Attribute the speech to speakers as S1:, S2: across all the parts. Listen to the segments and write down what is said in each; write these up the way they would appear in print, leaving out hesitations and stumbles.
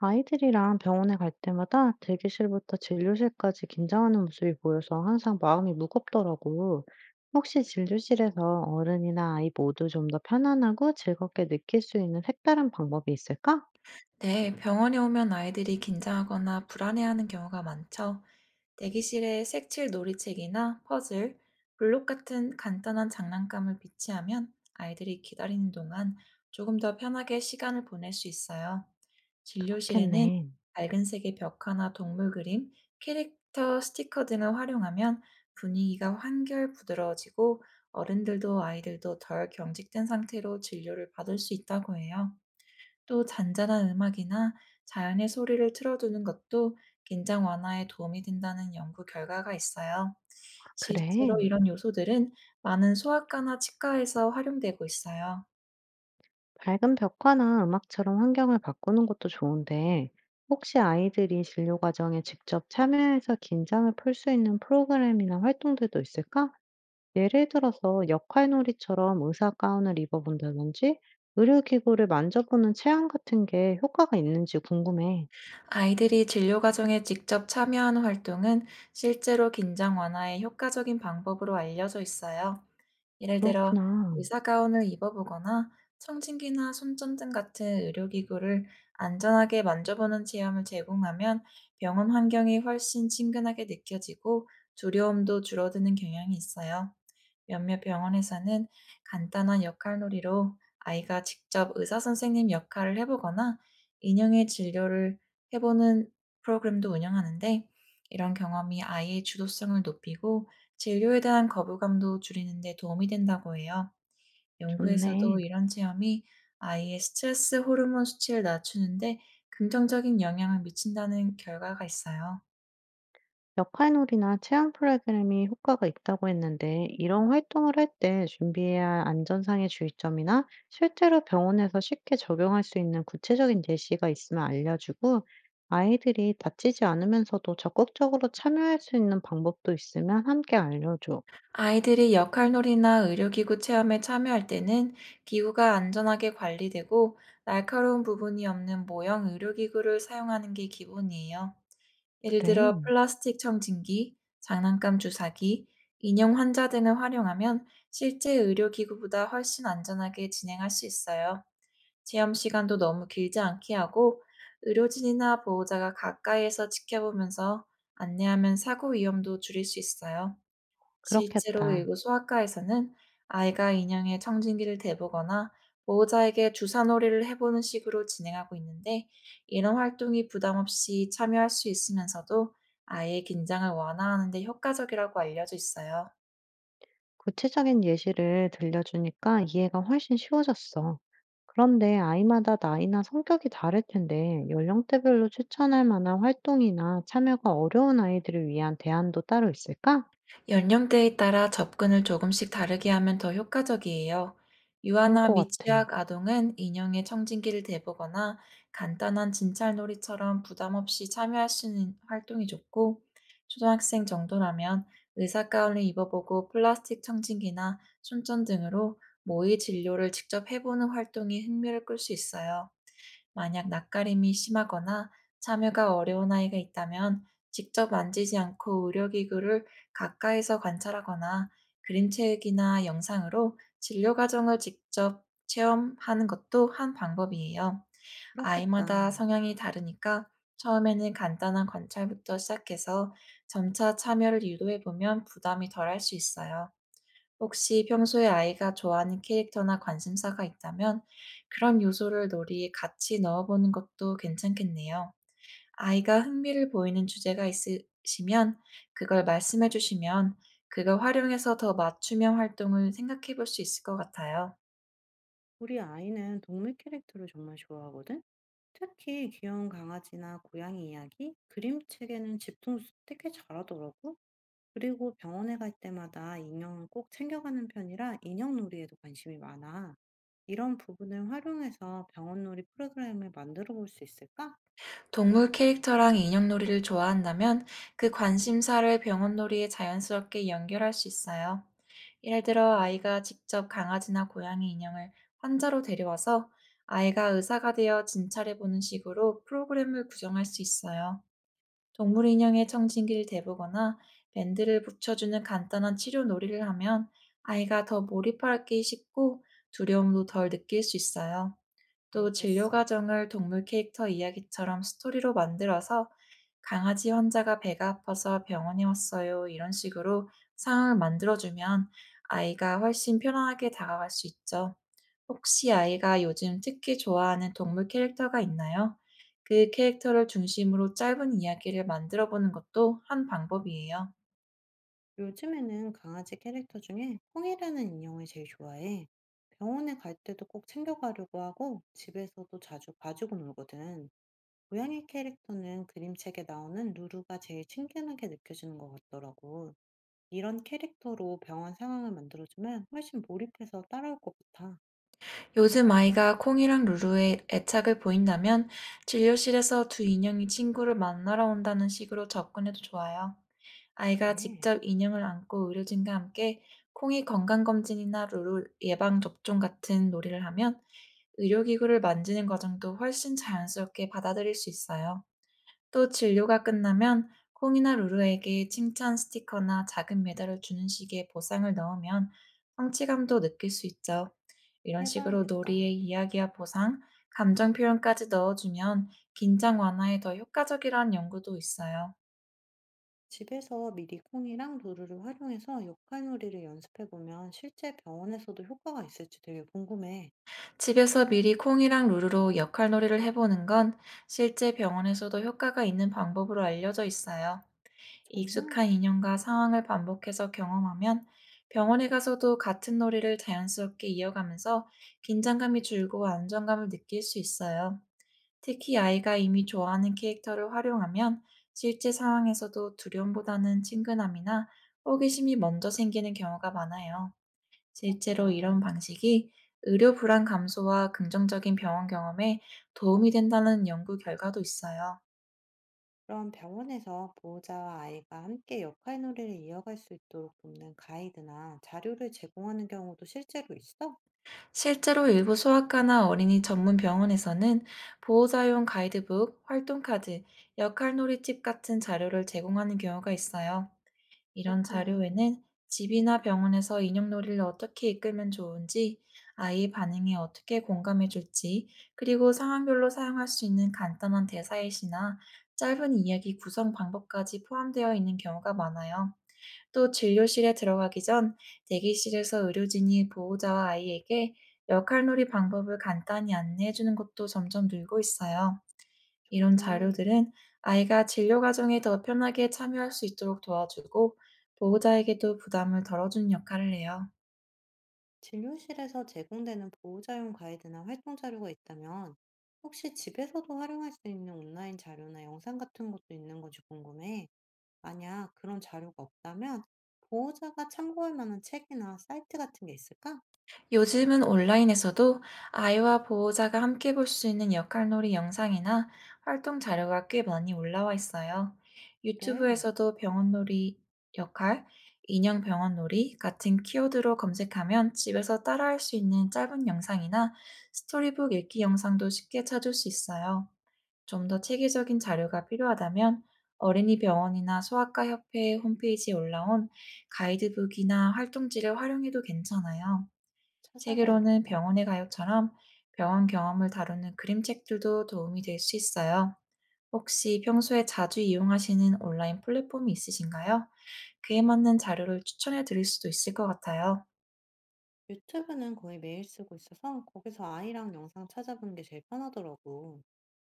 S1: 아이들이랑 병원에 갈 때마다 대기실부터 진료실까지 긴장하는 모습이 보여서 항상 마음이 무겁더라고. 혹시 진료실에서 어른이나 아이 모두 좀 더 편안하고 즐겁게 느낄 수 있는 색다른 방법이 있을까?
S2: 네, 병원에 오면 아이들이 긴장하거나 불안해하는 경우가 많죠. 대기실에 색칠 놀이책이나 퍼즐, 블록 같은 간단한 장난감을 비치하면 아이들이 기다리는 동안 조금 더 편하게 시간을 보낼 수 있어요. 진료실에는
S1: 그렇겠네.
S2: 밝은 색의 벽화나 동물 그림, 캐릭터 스티커 등을 활용하면 분위기가 한결 부드러워지고 어른들도 아이들도 덜 경직된 상태로 진료를 받을 수 있다고 해요. 또 잔잔한 음악이나 자연의 소리를 틀어두는 것도 긴장 완화에 도움이 된다는 연구 결과가 있어요.
S1: 그래.
S2: 실제로 이런 요소들은 많은 소아과나 치과에서 활용되고 있어요.
S1: 밝은 벽화나 음악처럼 환경을 바꾸는 것도 좋은데, 혹시 아이들이 진료 과정에 직접 참여해서 긴장을 풀 수 있는 프로그램이나 활동들도 있을까? 예를 들어서 역할놀이처럼 의사 가운을 입어본다든지 의료기구를 만져보는 체험 같은 게 효과가 있는지 궁금해.
S2: 아이들이 진료 과정에 직접 참여하는 활동은 실제로 긴장 완화에 효과적인 방법으로 알려져 있어요. 예를 들어
S1: 그렇구나.
S2: 의사가운을 입어보거나 청진기나 손전등 같은 의료기구를 안전하게 만져보는 체험을 제공하면 병원 환경이 훨씬 친근하게 느껴지고 두려움도 줄어드는 경향이 있어요. 몇몇 병원에서는 간단한 역할놀이로 아이가 직접 의사선생님 역할을 해보거나 인형의 진료를 해보는 프로그램도 운영하는데, 이런 경험이 아이의 주도성을 높이고 진료에 대한 거부감도 줄이는 데 도움이 된다고 해요.
S1: 좋네.
S2: 연구에서도 이런 체험이 아이의 스트레스 호르몬 수치를 낮추는데 긍정적인 영향을 미친다는 결과가 있어요.
S1: 역할놀이나 체험 프로그램이 효과가 있다고 했는데 이런 활동을 할 때 준비해야 할 안전상의 주의점이나 실제로 병원에서 쉽게 적용할 수 있는 구체적인 예시가 있으면 알려주고 아이들이 다치지 않으면서도 적극적으로 참여할 수 있는 방법도 있으면 함께 알려줘.
S2: 아이들이 역할놀이나 의료기구 체험에 참여할 때는 기구가 안전하게 관리되고 날카로운 부분이 없는 모형 의료기구를 사용하는 게 기본이에요. 예를 들어
S1: 그래,
S2: 플라스틱 청진기, 장난감 주사기, 인형 환자 등을 활용하면 실제 의료기구보다 훨씬 안전하게 진행할 수 있어요. 체험 시간도 너무 길지 않게 하고, 의료진이나 보호자가 가까이에서 지켜보면서 안내하면 사고 위험도 줄일 수 있어요. 실제로
S1: 그렇겠다.
S2: 일부 소아과에서는 아이가 인형에 청진기를 대보거나 보호자에게 주사놀이를 해보는 식으로 진행하고 있는데, 이런 활동이 부담 없이 참여할 수 있으면서도 아이의 긴장을 완화하는 데 효과적이라고 알려져 있어요.
S1: 구체적인 예시를 들려주니까 이해가 훨씬 쉬워졌어. 그런데 아이마다 나이나 성격이 다를 텐데 연령대별로 추천할 만한 활동이나 참여가 어려운 아이들을 위한 대안도 따로 있을까?
S2: 연령대에 따라 접근을 조금씩 다르게 하면 더 효과적이에요.
S1: 그럴
S2: 유아나
S1: 것 같아.
S2: 미취학 아동은 인형의 청진기를 대보거나 간단한 진찰놀이처럼 부담 없이 참여할 수 있는 활동이 좋고, 초등학생 정도라면 의사가운을 입어보고 플라스틱 청진기나 손전 등으로 모의 진료를 직접 해보는 활동이 흥미를 끌 수 있어요. 만약 낯가림이 심하거나 참여가 어려운 아이가 있다면, 직접 만지지 않고 의료기구를 가까이서 관찰하거나 그림체육이나 영상으로 진료 과정을 직접 체험하는 것도 한 방법이에요.
S1: 그렇겠다.
S2: 아이마다 성향이 다르니까 처음에는 간단한 관찰부터 시작해서 점차 참여를 유도해 보면 부담이 덜할 수 있어요. 혹시 평소에 아이가 좋아하는 캐릭터나 관심사가 있다면 그런 요소를 놀이에 같이 넣어보는 것도 괜찮겠네요. 아이가 흥미를 보이는 주제가 있으시면 그걸 말씀해 주시면 그걸 활용해서 더 맞춤형 활동을 생각해 볼 수 있을 것 같아요.
S1: 우리 아이는 동물 캐릭터를 정말 좋아하거든? 특히 귀여운 강아지나 고양이 이야기, 그림책에는 집중해서 되게 잘하더라고. 그리고 병원에 갈 때마다 인형을 꼭 챙겨가는 편이라 인형 놀이에도 관심이 많아. 이런 부분을 활용해서 병원 놀이 프로그램을 만들어 볼 수 있을까?
S2: 동물 캐릭터랑 인형놀이를 좋아한다면 그 관심사를 병원놀이에 자연스럽게 연결할 수 있어요. 예를 들어
S1: 아,
S2: 아이가 직접 강아지나 고양이 인형을 환자로 데려와서 아이가 의사가 되어 진찰해 보는 식으로 프로그램을 구성할 수 있어요. 동물 인형에 청진기를 대보거나 밴드를 붙여주는 간단한 치료 놀이를 하면 아이가 더 몰입하기 쉽고 두려움도 덜 느낄 수 있어요. 또 진료
S1: 알겠어.
S2: 과정을 동물 캐릭터 이야기처럼 스토리로 만들어서 "강아지 환자가 배가 아파서 병원에 왔어요." 이런 식으로 상황을 만들어주면 아이가 훨씬 편안하게 다가갈 수 있죠. 혹시 아이가 요즘 특히 좋아하는 동물 캐릭터가 있나요? 그 캐릭터를 중심으로 짧은 이야기를 만들어 보는 것도 한 방법이에요.
S1: 요즘에는 강아지 캐릭터 중에 콩이라는 인형을 제일 좋아해. 병원에 갈 때도 꼭 챙겨가려고 하고 집에서도 자주 가지고 놀거든. 고양이 캐릭터는 그림책에 나오는 루루가 제일 친근하게 느껴지는 것 같더라고. 이런 캐릭터로 병원 상황을 만들어주면 훨씬 몰입해서 따라올 것 같아.
S2: 요즘 아이가 콩이랑 루루에 애착을 보인다면 진료실에서 두 인형이 친구를 만나러 온다는 식으로 접근해도 좋아요. 아이가
S1: 그래,
S2: 직접 인형을 안고 의료진과 함께 콩이 건강검진이나 루루 예방접종 같은 놀이를 하면 의료기구를 만지는 과정도 훨씬 자연스럽게 받아들일 수 있어요. 또 진료가 끝나면 콩이나 루루에게 칭찬 스티커나 작은 메달을 주는 식의 보상을 넣으면 성취감도 느낄 수 있죠. 이런 식으로
S1: 해봐야겠다.
S2: 놀이에 이야기와 보상, 감정 표현까지 넣어주면 긴장 완화에 더 효과적이라는 연구도 있어요.
S1: 집에서 미리 콩이랑 루루를 활용해서 역할놀이를 연습해보면 실제 병원에서도 효과가 있을지 되게 궁금해.
S2: 집에서 미리 콩이랑 루루로 역할 놀이를 해보는 건 실제 병원에서도 효과가 있는 방법으로 알려져 있어요.
S1: 정말?
S2: 익숙한 인형과 상황을 반복해서 경험하면 병원에 가서도 같은 놀이를 자연스럽게 이어가면서 긴장감이 줄고 안정감을 느낄 수 있어요. 특히 아이가 이미 좋아하는 캐릭터를 활용하면 실제 상황에서도 두려움보다는 친근함이나 호기심이 먼저 생기는 경우가 많아요. 실제로 이런
S1: 그렇구나.
S2: 방식이 의료 불안 감소와 긍정적인 병원 경험에 도움이 된다는 연구 결과도 있어요.
S1: 그럼 병원에서 보호자와 아이가 함께 역할놀이를 이어갈 수 있도록 돕는 가이드나 자료를 제공하는 경우도 실제로 있어?
S2: 실제로 일부 소아과나 어린이 전문 병원에서는 보호자용 가이드북, 활동카드, 역할놀이집 같은 자료를 제공하는 경우가 있어요. 이런
S1: 그렇구나.
S2: 자료에는 집이나 병원에서 인형놀이를 어떻게 이끌면 좋은지, 아이의 반응에 어떻게 공감해줄지, 그리고 상황별로 사용할 수 있는 간단한 대사의시나 짧은 이야기 구성 방법까지 포함되어 있는 경우가 많아요. 또 진료실에 들어가기 전 대기실에서 의료진이 보호자와 아이에게 역할놀이 방법을 간단히 안내해 주는 것도 점점 늘고 있어요. 이런
S1: 좋네.
S2: 자료들은 아이가 진료 과정에 더 편하게 참여할 수 있도록 도와주고 보호자에게도 부담을 덜어주는 역할을 해요.
S1: 진료실에서 제공되는 보호자용 가이드나 활동 자료가 있다면 혹시 집에서도 활용할 수 있는 온라인 자료나 영상 같은 것도 있는 건지 궁금해. 만약 그런 자료가 없다면 보호자가 참고할 만한 책이나 사이트 같은 게 있을까?
S2: 요즘은 온라인에서도 아이와 보호자가 함께 볼 수 있는 역할놀이 영상이나 활동 자료가 꽤 많이 올라와 있어요.
S1: 그래,
S2: 유튜브에서도 병원놀이 역할, 인형 병원놀이 같은 키워드로 검색하면 집에서 따라할 수 있는 짧은 영상이나 스토리북 읽기 영상도 쉽게 찾을 수 있어요. 좀 더 체계적인 자료가 필요하다면 어린이 병원이나 소아과 협회 홈페이지에 올라온 가이드북이나 활동지를 활용해도 괜찮아요. 책으로는
S1: 찾아봐야겠다.
S2: 병원의 가요처럼 병원 경험을 다루는 그림책들도 도움이 될 수 있어요. 혹시 평소에 자주 이용하시는 온라인 플랫폼이 있으신가요? 그에 맞는 자료를 추천해 드릴 수도 있을 것 같아요.
S1: 유튜브는 거의 매일 쓰고 있어서 거기서 아이랑 영상 찾아보는 게 제일 편하더라고.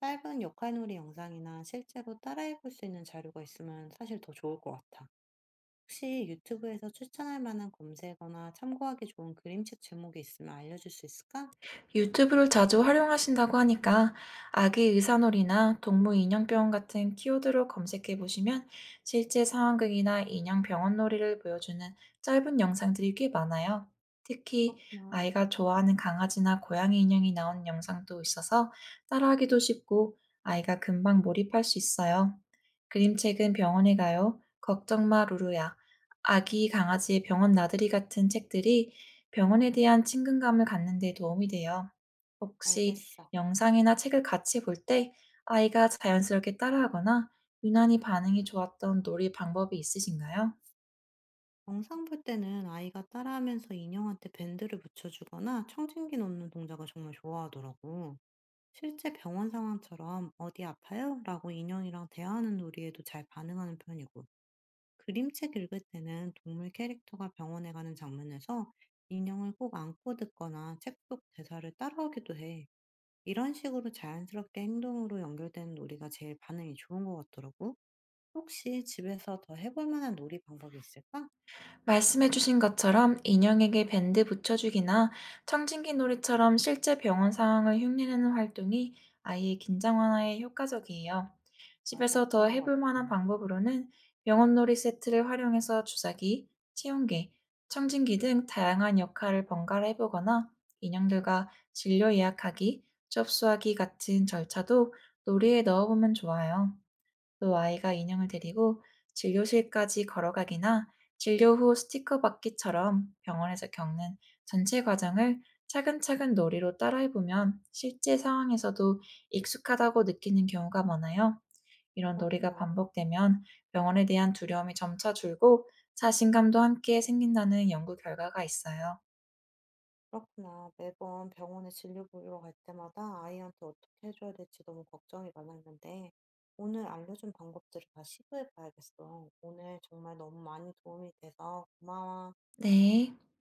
S1: 짧은 역할놀이 영상이나 실제로 따라해볼 수 있는 자료가 있으면 사실 더 좋을 것 같아. 혹시 유튜브에서 추천할 만한 검색어나 참고하기 좋은 그림책 제목이 있으면 알려줄 수 있을까?
S2: 유튜브를 자주 활용하신다고 하니까 아기 의사놀이나 동물 인형병원 같은 키워드로 검색해 보시면 실제 상황극이나 인형 병원놀이를 보여주는 짧은 영상들이 꽤 많아요. 특히
S1: 그렇구나.
S2: 아이가 좋아하는 강아지나 고양이 인형이 나오는 영상도 있어서 따라하기도 쉽고 아이가 금방 몰입할 수 있어요. 그림책은 병원에 가요, 걱정 마 루루야, 아기 강아지의 병원 나들이 같은 책들이 병원에 대한 친근감을 갖는 데 도움이 돼요. 혹시
S1: 알겠어.
S2: 영상이나 책을 같이 볼 때 아이가 자연스럽게 따라하거나 유난히 반응이 좋았던 놀이 방법이 있으신가요?
S1: 영상 볼 때는 아이가 따라하면서 인형한테 밴드를 붙여주거나 청진기 놓는 동작을 정말 좋아하더라고. 실제 병원 상황처럼 어디 아파요? 라고 인형이랑 대화하는 놀이에도 잘 반응하는 편이고, 그림책 읽을 때는 동물 캐릭터가 병원에 가는 장면에서 인형을 꼭 안고 듣거나 책 속 대사를 따라하기도 해. 이런 식으로 자연스럽게 행동으로 연결되는 놀이가 제일 반응이 좋은 것 같더라고. 혹시 집에서 더 해볼 만한 놀이 방법이 있을까?
S2: 말씀해주신 것처럼 인형에게 밴드 붙여주기나 청진기 놀이처럼 실제 병원 상황을 흉내내는 활동이 아이의 긴장 완화에 효과적이에요.
S1: 맞아,
S2: 집에서 더
S1: 그런 것
S2: 해볼
S1: 같아.
S2: 만한 방법으로는 병원 놀이 세트를 활용해서 주사기, 체온계, 청진기 등 다양한 역할을 번갈아 해보거나 인형들과 진료 예약하기, 접수하기 같은 절차도 놀이에 넣어보면 좋아요. 또 아이가 인형을 데리고 진료실까지 걸어가기나 진료 후 스티커 받기처럼 병원에서 겪는 전체 과정을 차근차근 놀이로 따라해보면 실제 상황에서도 익숙하다고 느끼는 경우가 많아요. 이런 놀이가
S1: 그렇구나,
S2: 반복되면 병원에 대한 두려움이 점차 줄고 자신감도 함께 생긴다는 연구 결과가 있어요.
S1: 그렇구나. 매번 병원에 진료 보러 갈 때마다 아이한테 어떻게 해줘야 될지 너무 걱정이 많았는데, 오늘 알려준 방법들을 다 시도해봐야겠어. 오늘 정말 너무 많이 도움이 돼서 고마워.
S2: 네.